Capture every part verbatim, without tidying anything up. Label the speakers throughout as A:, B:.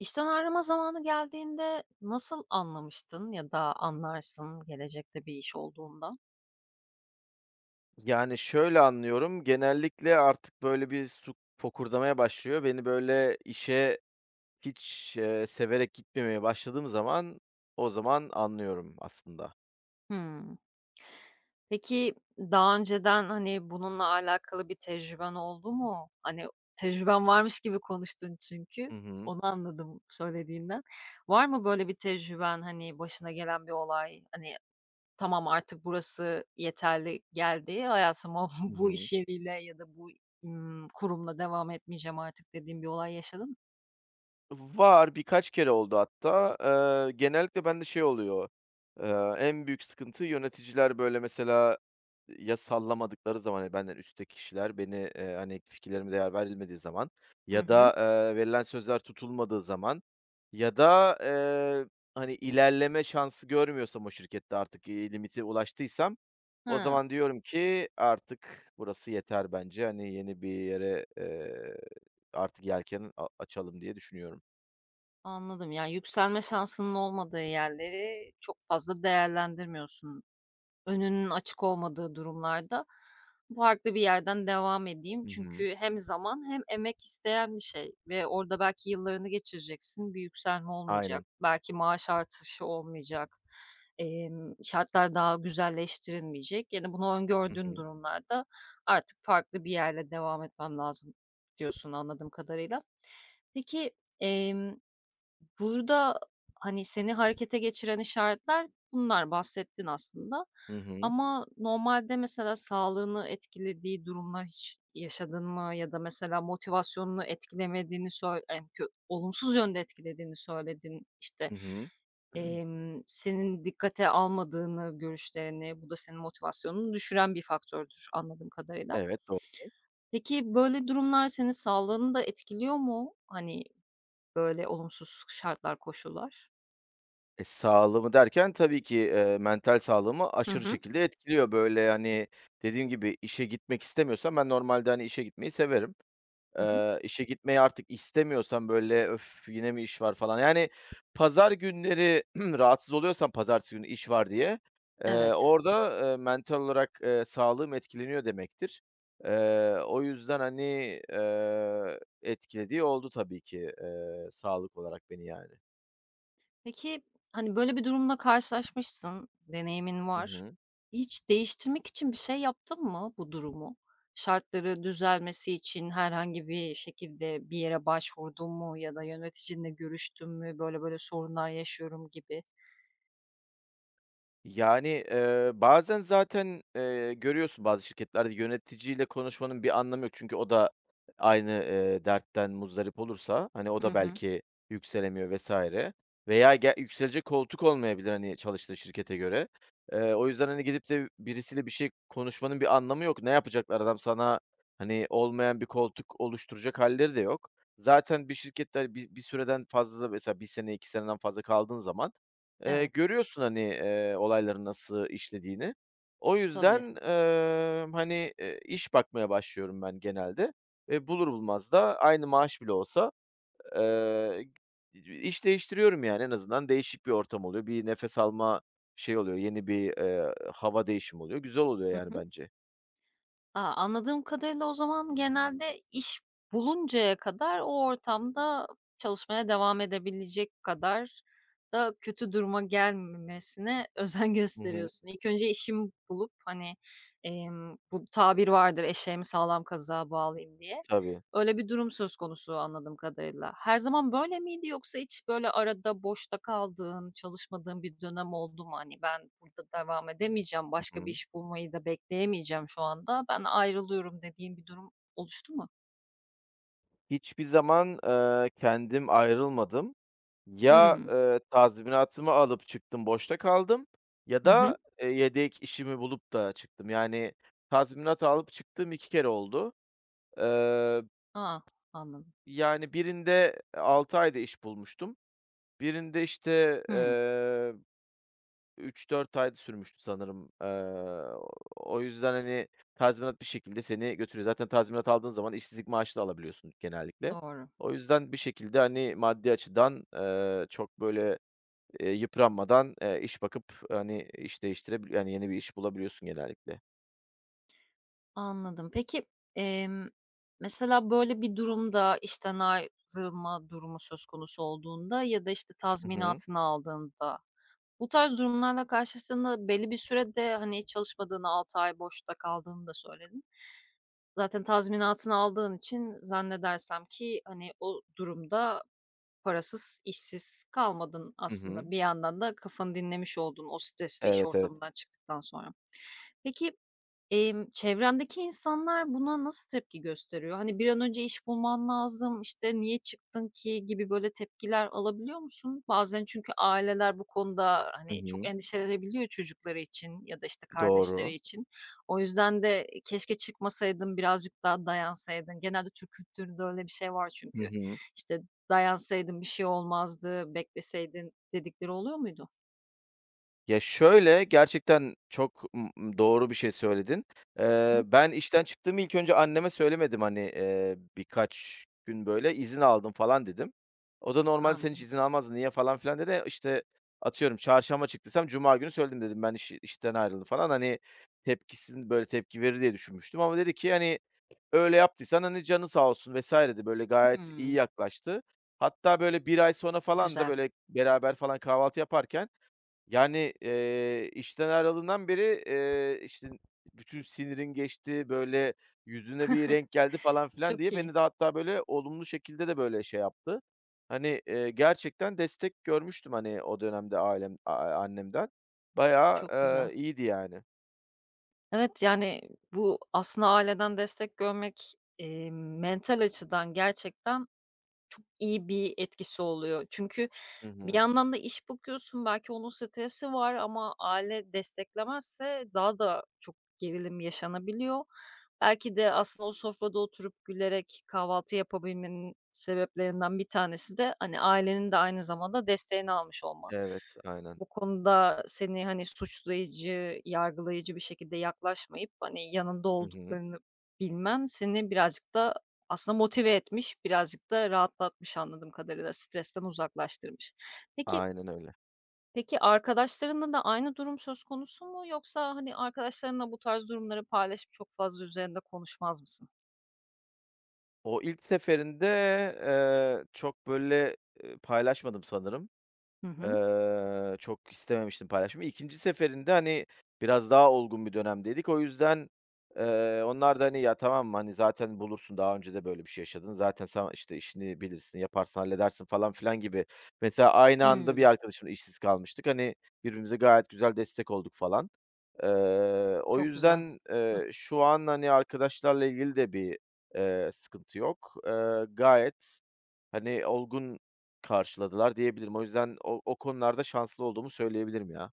A: İşten ayrılma zamanı geldiğinde nasıl anlamıştın ya da anlarsın gelecekte bir iş olduğunda?
B: Yani, şöyle anlıyorum, genellikle artık böyle bir su fokurdamaya başlıyor. Beni böyle işe hiç, eee, severek gitmemeye başladığım zaman o zaman anlıyorum aslında.
A: Hımm. Peki, daha önceden, hani, bununla alakalı bir tecrüben oldu mu? Hani, tecrüben varmış gibi konuştun çünkü.
B: Hı hı.
A: Onu anladım söylediğinden. Var mı böyle bir tecrüben, hani, başına gelen bir olay? Hani, tamam artık burası yeterli geldi, hayatıma
B: Hı
A: bu
B: hı.
A: iş yeriyle ya da bu, ımm, kurumla devam etmeyeceğim artık dediğim bir olay yaşadın mı?
B: Var, birkaç kere oldu hatta. Eee, genellikle bende şey oluyor, eee, en büyük sıkıntı yöneticiler, böyle, mesela ya sallamadıkları zaman, hani, benden üstteki kişiler beni, eee, hani, fikirlerime değer verilmediği zaman
A: Hı
B: ya
A: hı.
B: da, eee, verilen sözler tutulmadığı zaman ya da, eee, hani, ilerleme şansı görmüyorsam o şirkette artık, iii, limite ulaştıysam o
A: Hıı.
B: zaman diyorum ki artık burası yeter bence, hani, yeni bir yere, eee, artık yelken a açalım diye düşünüyorum.
A: Anladım. Yani yükselme şansının olmadığı yerleri çok fazla değerlendirmiyorsun. Önünün açık olmadığı durumlarda farklı bir yerden devam edeyim.
B: Hı hı.
A: Çünkü hem zaman hem emek isteyen bir şey ve orada belki yıllarını geçireceksin. Bir yükselme olmayacak.
B: Aynen.
A: Belki maaş artışı olmayacak. em, şartlar daha güzelleştirilmeyecek. Yani bunu
B: Hı
A: öngördüğün
B: hı.
A: durumlarda artık farklı bir yerle devam etmem lazım diyorsun anladığım kadarıyla. Peki, em, Burada, hani, seni harekete geçiren işaretler bunlar, bahsettin aslında
B: Hı hı.
A: ama normalde mesela sağlığını etkilediği durumlar hiç yaşadın mı ya da mesela motivasyonunu etkilemediğini söyle, olumsuz yönde etkilediğini söyledin. İşte,
B: Hı hı.
A: emm, senin dikkate almadığını, görüşlerini, bu da senin motivasyonunu düşüren bir faktördür anladığım kadarıyla.
B: Evet, doğru.
A: Peki, böyle durumlar senin sağlığını da etkiliyor mu? Hani, böyle olumsuz şartlar, koşullar?
B: E, sağlığımı derken tabii ki, eee, mental sağlığımı
A: Hı
B: aşırı
A: hı.
B: şekilde etkiliyor. Böyle, hani, dediğim gibi işe gitmek istemiyorsam ben normalde, hani, işe gitmeyi severim.
A: Hı hı.
B: Eee, işe gitmeyi artık istemiyorsan, böyle, "Öf, yine mi iş var?" falan, yani, pazar günleri rahatsız oluyorsan pazartesi günü iş var diye, eee,
A: Evet.
B: orada, eee, mental olarak, eee, sağlığım etkileniyor demektir. Eee, o yüzden, hani, eee, etkilediği oldu tabii ki, eee, sağlık olarak beni yani.
A: Peki, hani, böyle bir durumla karşılaşmışsın, deneyimin
B: Hı
A: var.
B: hı.
A: Hiç değiştirmek için bir şey yaptın mı bu durumu? Şartları düzelmesi için herhangi bir şekilde bir yere başvurdun mu ya da yöneticinle görüştün mü? Böyle böyle sorunlar yaşıyorum gibi.
B: Yani, eee, bazen zaten, eee, görüyorsun bazı şirketlerde yöneticiyle konuşmanın bir anlamı yok. Çünkü o da aynı, eee, dertten muzdarip olursa, hani, o
A: Hı
B: da
A: hı.
B: belki yükselemiyor vesaire veya ge yükselecek koltuk olmayabilir, hani, çalıştığı şirkete göre. Eee, o yüzden, hani, gidip de birisiyle bir şey konuşmanın bir anlamı yok. Ne yapacaklar? Adam sana, hani, olmayan bir koltuk oluşturacak halleri de yok. Zaten bir şirkette, hani, bir bir süreden fazla mesela bir sene, iki seneden fazla kaldığın zaman, Eee,
A: Evet,
B: görüyorsun, hani, eee, olayların nasıl işlediğini. O yüzden,
A: tabii.
B: emm, hani, eee, iş bakmaya başlıyorum ben genelde ve bulur bulmaz da aynı maaş bile olsa, eee, iş değiştiriyorum yani. En azından değişik bir ortam oluyor. Bir nefes alma şeyi oluyor. Yeni bir, eee, hava değişimi oluyor. Güzel oluyor
A: Hı
B: yani
A: hı.
B: bence.
A: A, anladığım kadarıyla o zaman genelde iş buluncaya kadar o ortamda çalışmaya devam edebilecek kadar da kötü duruma gelmemesine özen
B: Hı hı.
A: gösteriyorsun. İlk önce işimi bulup, hani, emm, bu tabir vardır, "Eşeğimi sağlam kazığa bağlayayım." diye.
B: Tabii.
A: Öyle bir durum söz konusu anladığım kadarıyla. Her zaman böyle miydi yoksa hiç böyle arada boşta kaldığın, çalışmadığın bir dönem oldu mu? Hani, "Ben burada devam edemeyeceğim,
B: Hı
A: başka bir
B: hı.
A: iş bulmayı da bekleyemeyeceğim şu anda. Ben ayrılıyorum." dediğin bir durum oluştu mu?
B: Hiçbir zaman, eee, kendim ayrılmadım. Ya,
A: Hımm.
B: eee, tazminatımı alıp çıktım, boşta kaldım ya
A: Hı hı.
B: da, eee, yedek işimi bulup da çıktım. Yani tazminat alıp çıktığım iki kere oldu. Eee,
A: A! Anladım.
B: yani birinde altı ayda iş bulmuştum. Birinde, işte,
A: Hımm.
B: üç dört 4 ay sürmüştü sanırım. Eee, o yüzden, hani, tazminat bir şekilde seni götürüyor. Zaten tazminat aldığın zaman işsizlik maaşı da alabiliyorsun genellikle.
A: Doğru.
B: O yüzden bir şekilde, hani, maddi açıdan, eee, çok böyle, Eee, yıpranmadan, eee, iş bakıp, hani, iş değiştirebili yani, yeni bir iş bulabiliyorsun genellikle.
A: Anladım. Peki, emm, mesela böyle bir durumda işten ayrılma durumu söz konusu olduğunda ya da, işte,
B: Hı hı.
A: tazminatını aldığında bu tarz durumlarla karşılaştığında belli bir sürede, hani, hiç çalışmadığını, altı ay boşta kaldığını da söyledin. Zaten tazminatını aldığın için zannedersem ki, hani, o durumda parasız, işsiz kalmadın
B: Hı hı.
A: aslında. Bir yandan da kafanı dinlemiş oldun o stresli iş
B: Evet, evet.
A: ortamından çıktıktan sonra. Peki, Emm, çevrendeki insanlar buna nasıl tepki gösteriyor? Hani, bir an önce iş bulman lazım, işte, "Niye çıktın ki?" gibi böyle tepkiler alabiliyor musun? Bazen çünkü aileler bu konuda,
B: Hı
A: hani, çok
B: hı.
A: endişelenebiliyor çocukları için ya da, işte, kardeşleri
B: Doğru.
A: için. O yüzden de, "E, keşke çıkmasaydın, birazcık daha dayansaydın." Genelde Türk kültüründe öyle bir şey var
B: Hı
A: çünkü.
B: hı.
A: İşte, "Dayansaydın bir şey olmazdı, bekleseydin." dedikleri oluyor muydu?
B: Ya, şöyle, gerçekten çok m m doğru bir şey söyledin.
A: Hı
B: Eee,
A: hı.
B: ben işten çıktığımı ilk önce anneme söylemedim, hani, eee, birkaç gün böyle izin aldım falan dedim. O da normalde "Sen hiç
A: Anladım.
B: izin almazdın, niye?" falan filan dedi. E, İşte, atıyorum çarşamba çıktıysam cuma günü söyledim dedim, "Ben iş işten ayrıldım." falan. Hani, tepkisini böyle tepki verir diye düşünmüştüm ama dedi ki, hani, öyle yaptıysan, hani, canı sağ olsun vesaire de böyle gayet iyi
A: Hımm.
B: yaklaştı. Hatta böyle bir ay sonra falan da
A: Güzel.
B: böyle beraber falan kahvaltı yaparken, yani, eee, işten ayrıldığından beri, eee, işte, bütün sinirin geçti, böyle yüzüne bir renk geldi falan filan
A: Çok
B: diye
A: iyi,
B: beni de hatta böyle olumlu şekilde de böyle şey yaptı. Hani, eee, gerçekten destek görmüştüm, hani, o dönemde ailem a annemden. Bayağı,
A: çok güzel.
B: eee, iyiydi yani.
A: Evet, yani, bu aslında aileden destek görmek, eee, mental açıdan gerçekten çok iyi bir etkisi oluyor. Çünkü
B: Hı
A: bir
B: hı.
A: yandan da iş bakıyorsun, belki onun stresi var ama aile desteklemezse daha da çok gerilim yaşanabiliyor. Belki de aslında o sofrada oturup gülerek kahvaltı yapabilmenin sebeplerinden bir tanesi de, hani, ailenin de aynı zamanda desteğini almış olman.
B: Evet, aynen.
A: Bu konuda seni, hani, suçlayıcı, yargılayıcı bir şekilde yaklaşmayıp, hani, yanında
B: Hı hı.
A: olduklarını bilmen seni birazcık da aslında motive etmiş, birazcık da rahatlatmış anladığım kadarıyla, stresten uzaklaştırmış. Peki
B: Aynen öyle.
A: peki arkadaşlarınla da aynı durum söz konusu mu yoksa, hani, arkadaşlarınla bu tarz durumları paylaşıp çok fazla üzerinde konuşmaz mısın?
B: O ilk seferinde, eee, çok böyle, eee, paylaşmadım sanırım.
A: Hı hı.
B: Eee, çok istememiştim paylaşmayı. İkinci seferinde, hani, biraz daha olgun bir dönemdeydik. O yüzden, eee, onlar da, hani, "Ya, tamam, mı hani, zaten bulursun, daha önce de böyle bir şey yaşadın. Zaten sen, işte, işini bilirsin, yaparsın, halledersin." falan filan gibi. Mesela aynı anda bir
A: Hımm,
B: arkadaşımla işsiz kalmıştık. Hani, birbirimize gayet güzel destek olduk falan. Eee, o
A: çok güzel.
B: yüzden,
A: Hıh.
B: eee, şu an, hani, arkadaşlarla ilgili de bir, eee, sıkıntı yok. Eee, gayet, hani, olgun karşıladılar diyebilirim. O yüzden o o konularda şanslı olduğumu söyleyebilirim ya.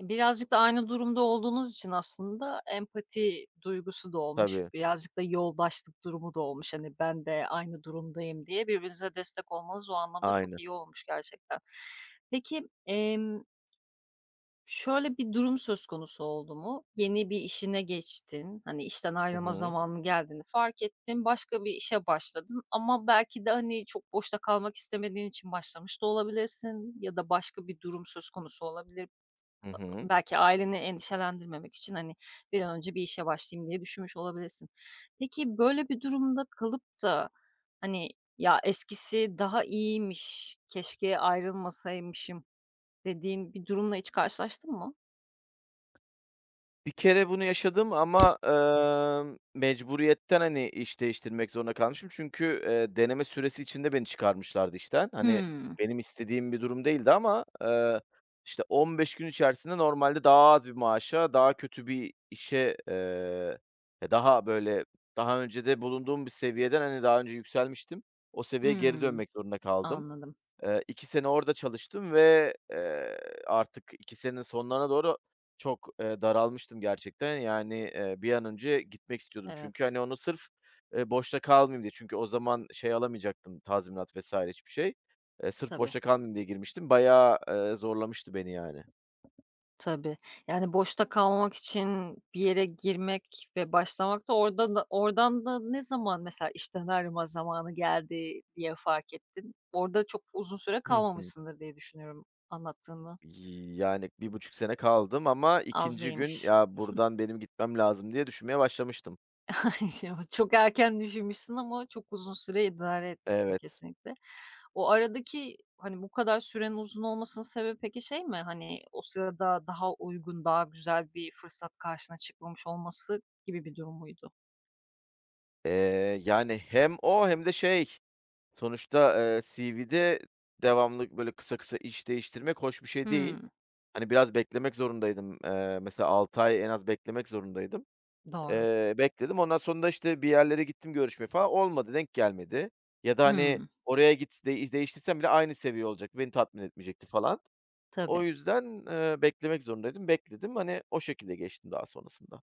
A: Birazcık da aynı durumda olduğunuz için aslında empati duygusu da olmuş,
B: Tabii,
A: birazcık da yoldaşlık durumu da olmuş. Hani, ben de aynı durumdayım diye birbirinize destek olmanız o anlamda çok
B: aynen.
A: iyi olmuş gerçekten. Peki, şöyle bir durum söz konusu oldu mu? Yeni bir işine geçtin, hani, işten
B: Hı
A: ayrılma
B: hı.
A: zamanı geldiğini fark ettin, başka bir işe başladın ama belki de, hani, çok boşta kalmak istemediğin için başlamış da olabilirsin ya da başka bir durum söz konusu olabilir.
B: Hı hı.
A: Belki aileni endişelendirmemek için, hani, bir an önce bir işe başlayayım diye düşünmüş olabilirsin. Peki, böyle bir durumda kalıp da, hani, "Ya, eskisi daha iyiymiş, keşke ayrılmasaymışım." dediğin bir durumla hiç karşılaştın mı?
B: Bir kere bunu yaşadım ama, emm, mecburiyetten, hani, iş değiştirmek zorunda kalmışım. Çünkü, eee, deneme süresi içinde beni çıkarmışlardı işten. Hani,
A: Hımm.
B: benim istediğim bir durum değildi ama, eee, işte, on beş gün içerisinde normalde daha az bir maaşa, daha kötü bir işe, eee, ya, daha, böyle, daha önce de bulunduğum bir seviyeden, hani, daha önce yükselmiştim. O seviyeye geri
A: Hımm.
B: dönmek zorunda kaldım.
A: Anladım.
B: Eee, iki sene orada çalıştım ve, eee, artık iki senenin sonlarına doğru çok, eee, daralmıştım gerçekten. Yani, eee, bir an önce gitmek istiyordum. Çünkü,
A: Evet.
B: hani, onu sırf, eee, boşta kalmayayım diye çünkü o zaman şey alamayacaktım tazminat vesaire hiçbir şey. Eee, sırf
A: Tabii,
B: boşta kalmayayım diye girmiştim. Bayağı, eee, zorlamıştı beni yani.
A: tabii. Yani, boşta kalmamak için bir yere girmek ve başlamak da orada da oradan da ne zaman mesela işten ayrılma zamanı geldi diye fark ettin? Orada çok uzun süre
B: Hı hı.
A: kalmamışsındır diye düşünüyorum anlattığından.
B: Yani bir buçuk sene kaldım ama
A: Az
B: ikinci gün,
A: değilmiş.
B: "Ya, buradan benim gitmem lazım." diye düşünmeye başlamıştım.
A: Çok erken düşünmüşsün ama çok uzun süre idare etmişsin
B: Evet.
A: kesinlikle. O aradaki, hani, bu kadar sürenin uzun olmasının sebebi peki şey mi? Hani, o sırada daha uygun, daha güzel bir fırsat karşına çıkmamış olması gibi bir durum muydu?
B: Eee, yani hem o hem de şey, sonuçta, eee, ce ve'de devamlı böyle kısa kısa iş değiştirmek hoş bir şey değil.
A: Hımm.
B: Hani, biraz beklemek zorundaydım. Eee, mesela altı ay en az beklemek zorundaydım.
A: Doğru.
B: Eee, bekledim. Ondan sonra da, işte, bir yerlere gittim görüşme falan. Olmadı, denk gelmedi ya da, hani,
A: Hımm.
B: oraya git deği değiştirsem bile aynı seviye olacak. Beni tatmin etmeyecekti falan. O
A: Tabii.
B: yüzden, eee, beklemek zorundaydım. Bekledim. Hani, o şekilde geçtim daha sonrasında.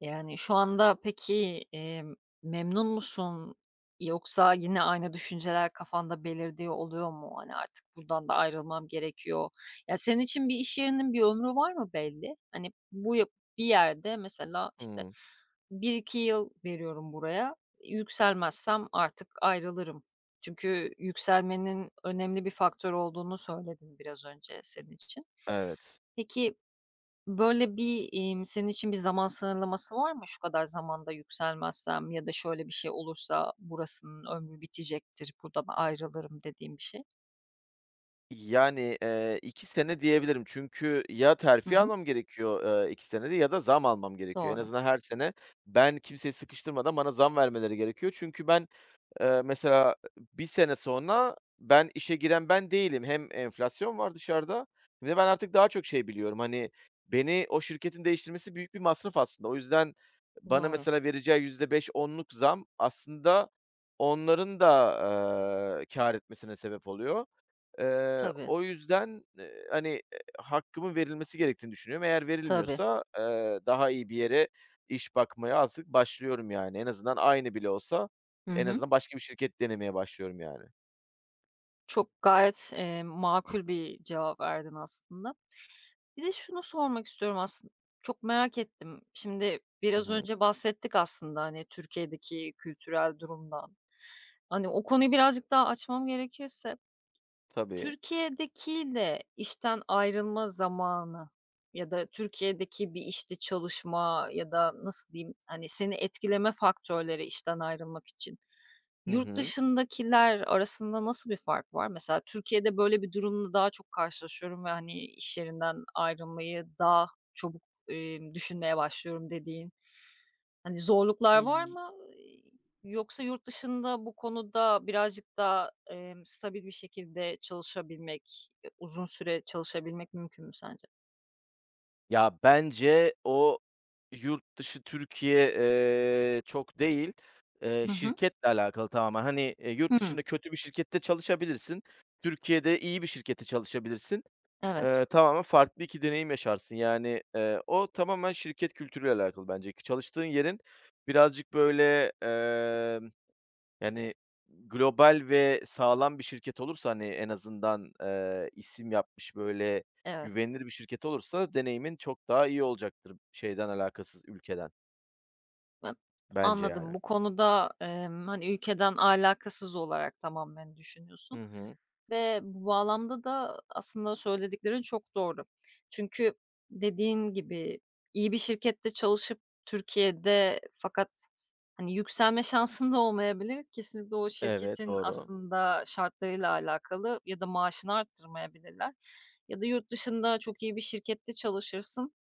A: Yani, şu anda peki, emm, memnun musun? Yoksa yine aynı düşünceler kafanda belirdiği oluyor mu? Hani, artık buradan da ayrılmam gerekiyor. Ya, senin için bir iş yerinin bir ömrü var mı belli? Hani, bu ya bir yerde mesela, işte,
B: Hımm.
A: bir iki yıl veriyorum buraya, yükselmezsem artık ayrılırım. Çünkü yükselmenin önemli bir faktör olduğunu söyledin biraz önce senin için.
B: Evet.
A: Peki böyle bir, emm, senin için bir zaman sınırlaması var mı? Şu kadar zamanda yükselmezsem ya da şöyle bir şey olursa burasının ömrü bitecektir, buradan ayrılırım dediğim bir şey.
B: Yani, eee, iki sene diyebilirim. Çünkü ya
A: Hı
B: terfi
A: hı.
B: almam gerekiyor, eee, iki senede ya da zam almam gerekiyor. En
A: Doğru,
B: azından her sene ben kimseyi sıkıştırmadan bana zam vermeleri gerekiyor. Çünkü ben, Eee, mesela bir sene sonra ben işe giren ben değilim. Hem enflasyon var dışarıda hem de ben artık daha çok şey biliyorum. Hani, beni o şirketin değiştirmesi büyük bir masraf aslında. O yüzden bana
A: doğru.
B: mesela vereceği yüzde beş onluk zam aslında onların da, eee, kâr etmesine sebep oluyor. Eee,
A: Tabii,
B: o yüzden, eee, hani, eee, hakkımın verilmesi gerektiğini düşünüyorum. Eğer
A: tabii.
B: verilmiyorsa, eee, daha iyi bir yere iş bakmaya artık başlıyorum yani. En azından aynı bile olsa
A: Hı
B: en
A: hı.
B: azından başka bir şirket denemeye başlıyorum yani.
A: Çok gayet, eee, makul bir cevap verdin aslında. Bir de şunu sormak istiyorum aslında. Çok merak ettim. Şimdi
B: Hı
A: biraz
B: hı.
A: önce bahsettik aslında, hani, Türkiye'deki kültürel durumdan. Hani, o konuyu birazcık daha açmam gerekirse
B: Tabii.
A: Türkiye'dekiyle işten ayrılma zamanı ya da Türkiye'deki bir işte çalışma ya da nasıl diyeyim, hani, seni etkileme faktörleri işten ayrılmak için,
B: Hı
A: yurt
B: hı.
A: dışındakiler arasında nasıl bir fark var? Mesela Türkiye'de böyle bir durumla daha çok karşılaşıyorum ve, hani, iş yerinden ayrılmayı daha çabuk, emm, düşünmeye başlıyorum dediğin, hani, zorluklar var
B: İii
A: mı? Yoksa yurt dışında bu konuda birazcık daha, emm, stabil bir şekilde çalışabilmek, eee, uzun süre çalışabilmek mümkün mü sence?
B: Ya, bence o yurt dışı Türkiye, eee, çok değil, eee,
A: Hı hı.
B: şirketle alakalı tamamen. Hani, eee, yurt
A: Hımm.
B: dışında kötü bir şirkette çalışabilirsin. Türkiye'de iyi bir şirkette çalışabilirsin. Eee,
A: Evet,
B: tamamen farklı iki deneyim yaşarsın. Yani, eee, o tamamen şirket kültürüyle alakalı bence. Çalıştığın yerin birazcık böyle, emm, yani, global ve sağlam bir şirket olursa, hani, en azından, eee, isim yapmış, böyle
A: evet.
B: güvenilir bir şirket olursa deneyimin çok daha iyi olacaktır şeyden alakasız ülkeden
A: An
B: bence,
A: anladım.
B: yani.
A: Bu konuda, emm, hani, ülkeden alakasız olarak tamamen
B: Hı
A: düşünüyorsun
B: hı.
A: ve bu bağlamda da aslında söylediklerin çok doğru. Çünkü dediğin gibi iyi bir şirkette çalışıp Türkiye'de fakat, hani, yükselme şansın da olmayabilir. Kesinlikle o
B: Evet,
A: şirketin
B: doğru.
A: aslında şartlarıyla alakalı ya da maaşını arttırmayabilirler ya da yurt dışında çok iyi bir şirkette çalışırsın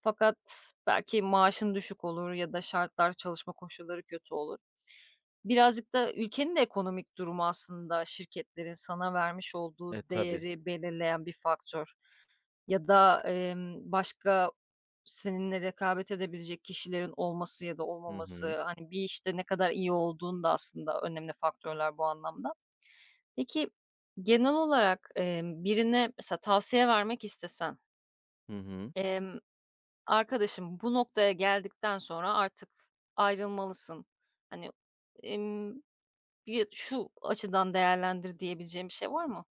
A: fakat belki maaşın düşük olur ya da şartlar, çalışma koşulları kötü olur. Birazcık da ülkenin de ekonomik durumu aslında şirketlerin sana vermiş
B: E,
A: olduğu
B: tabii.
A: değeri belirleyen bir faktör ya da, emm, başka seninle rekabet edebilecek kişilerin olması ya da
B: Hı hı.
A: olmaması, hani, bir işte ne kadar iyi olduğun da aslında önemli faktörler bu anlamda. Peki, genel olarak, emm, birine mesela tavsiye vermek istesen.
B: Hı hı.
A: Emm, "Arkadaşım, bu noktaya geldikten sonra artık ayrılmalısın. Hani, emm, bir şu açıdan değerlendir." diyebileceğim bir şey var mı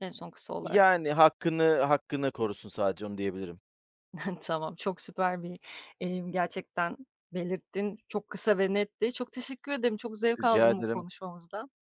A: en son kısa olarak?
B: Yani hakkını hakkını korusun sadece, onu diyebilirim.
A: Tamam, çok süper bir, emm, gerçekten belirttin. Çok kısa ve netti. Çok teşekkür ederim. Çok zevk
B: Rica
A: aldım bu
B: ederim.
A: konuşmamızdan.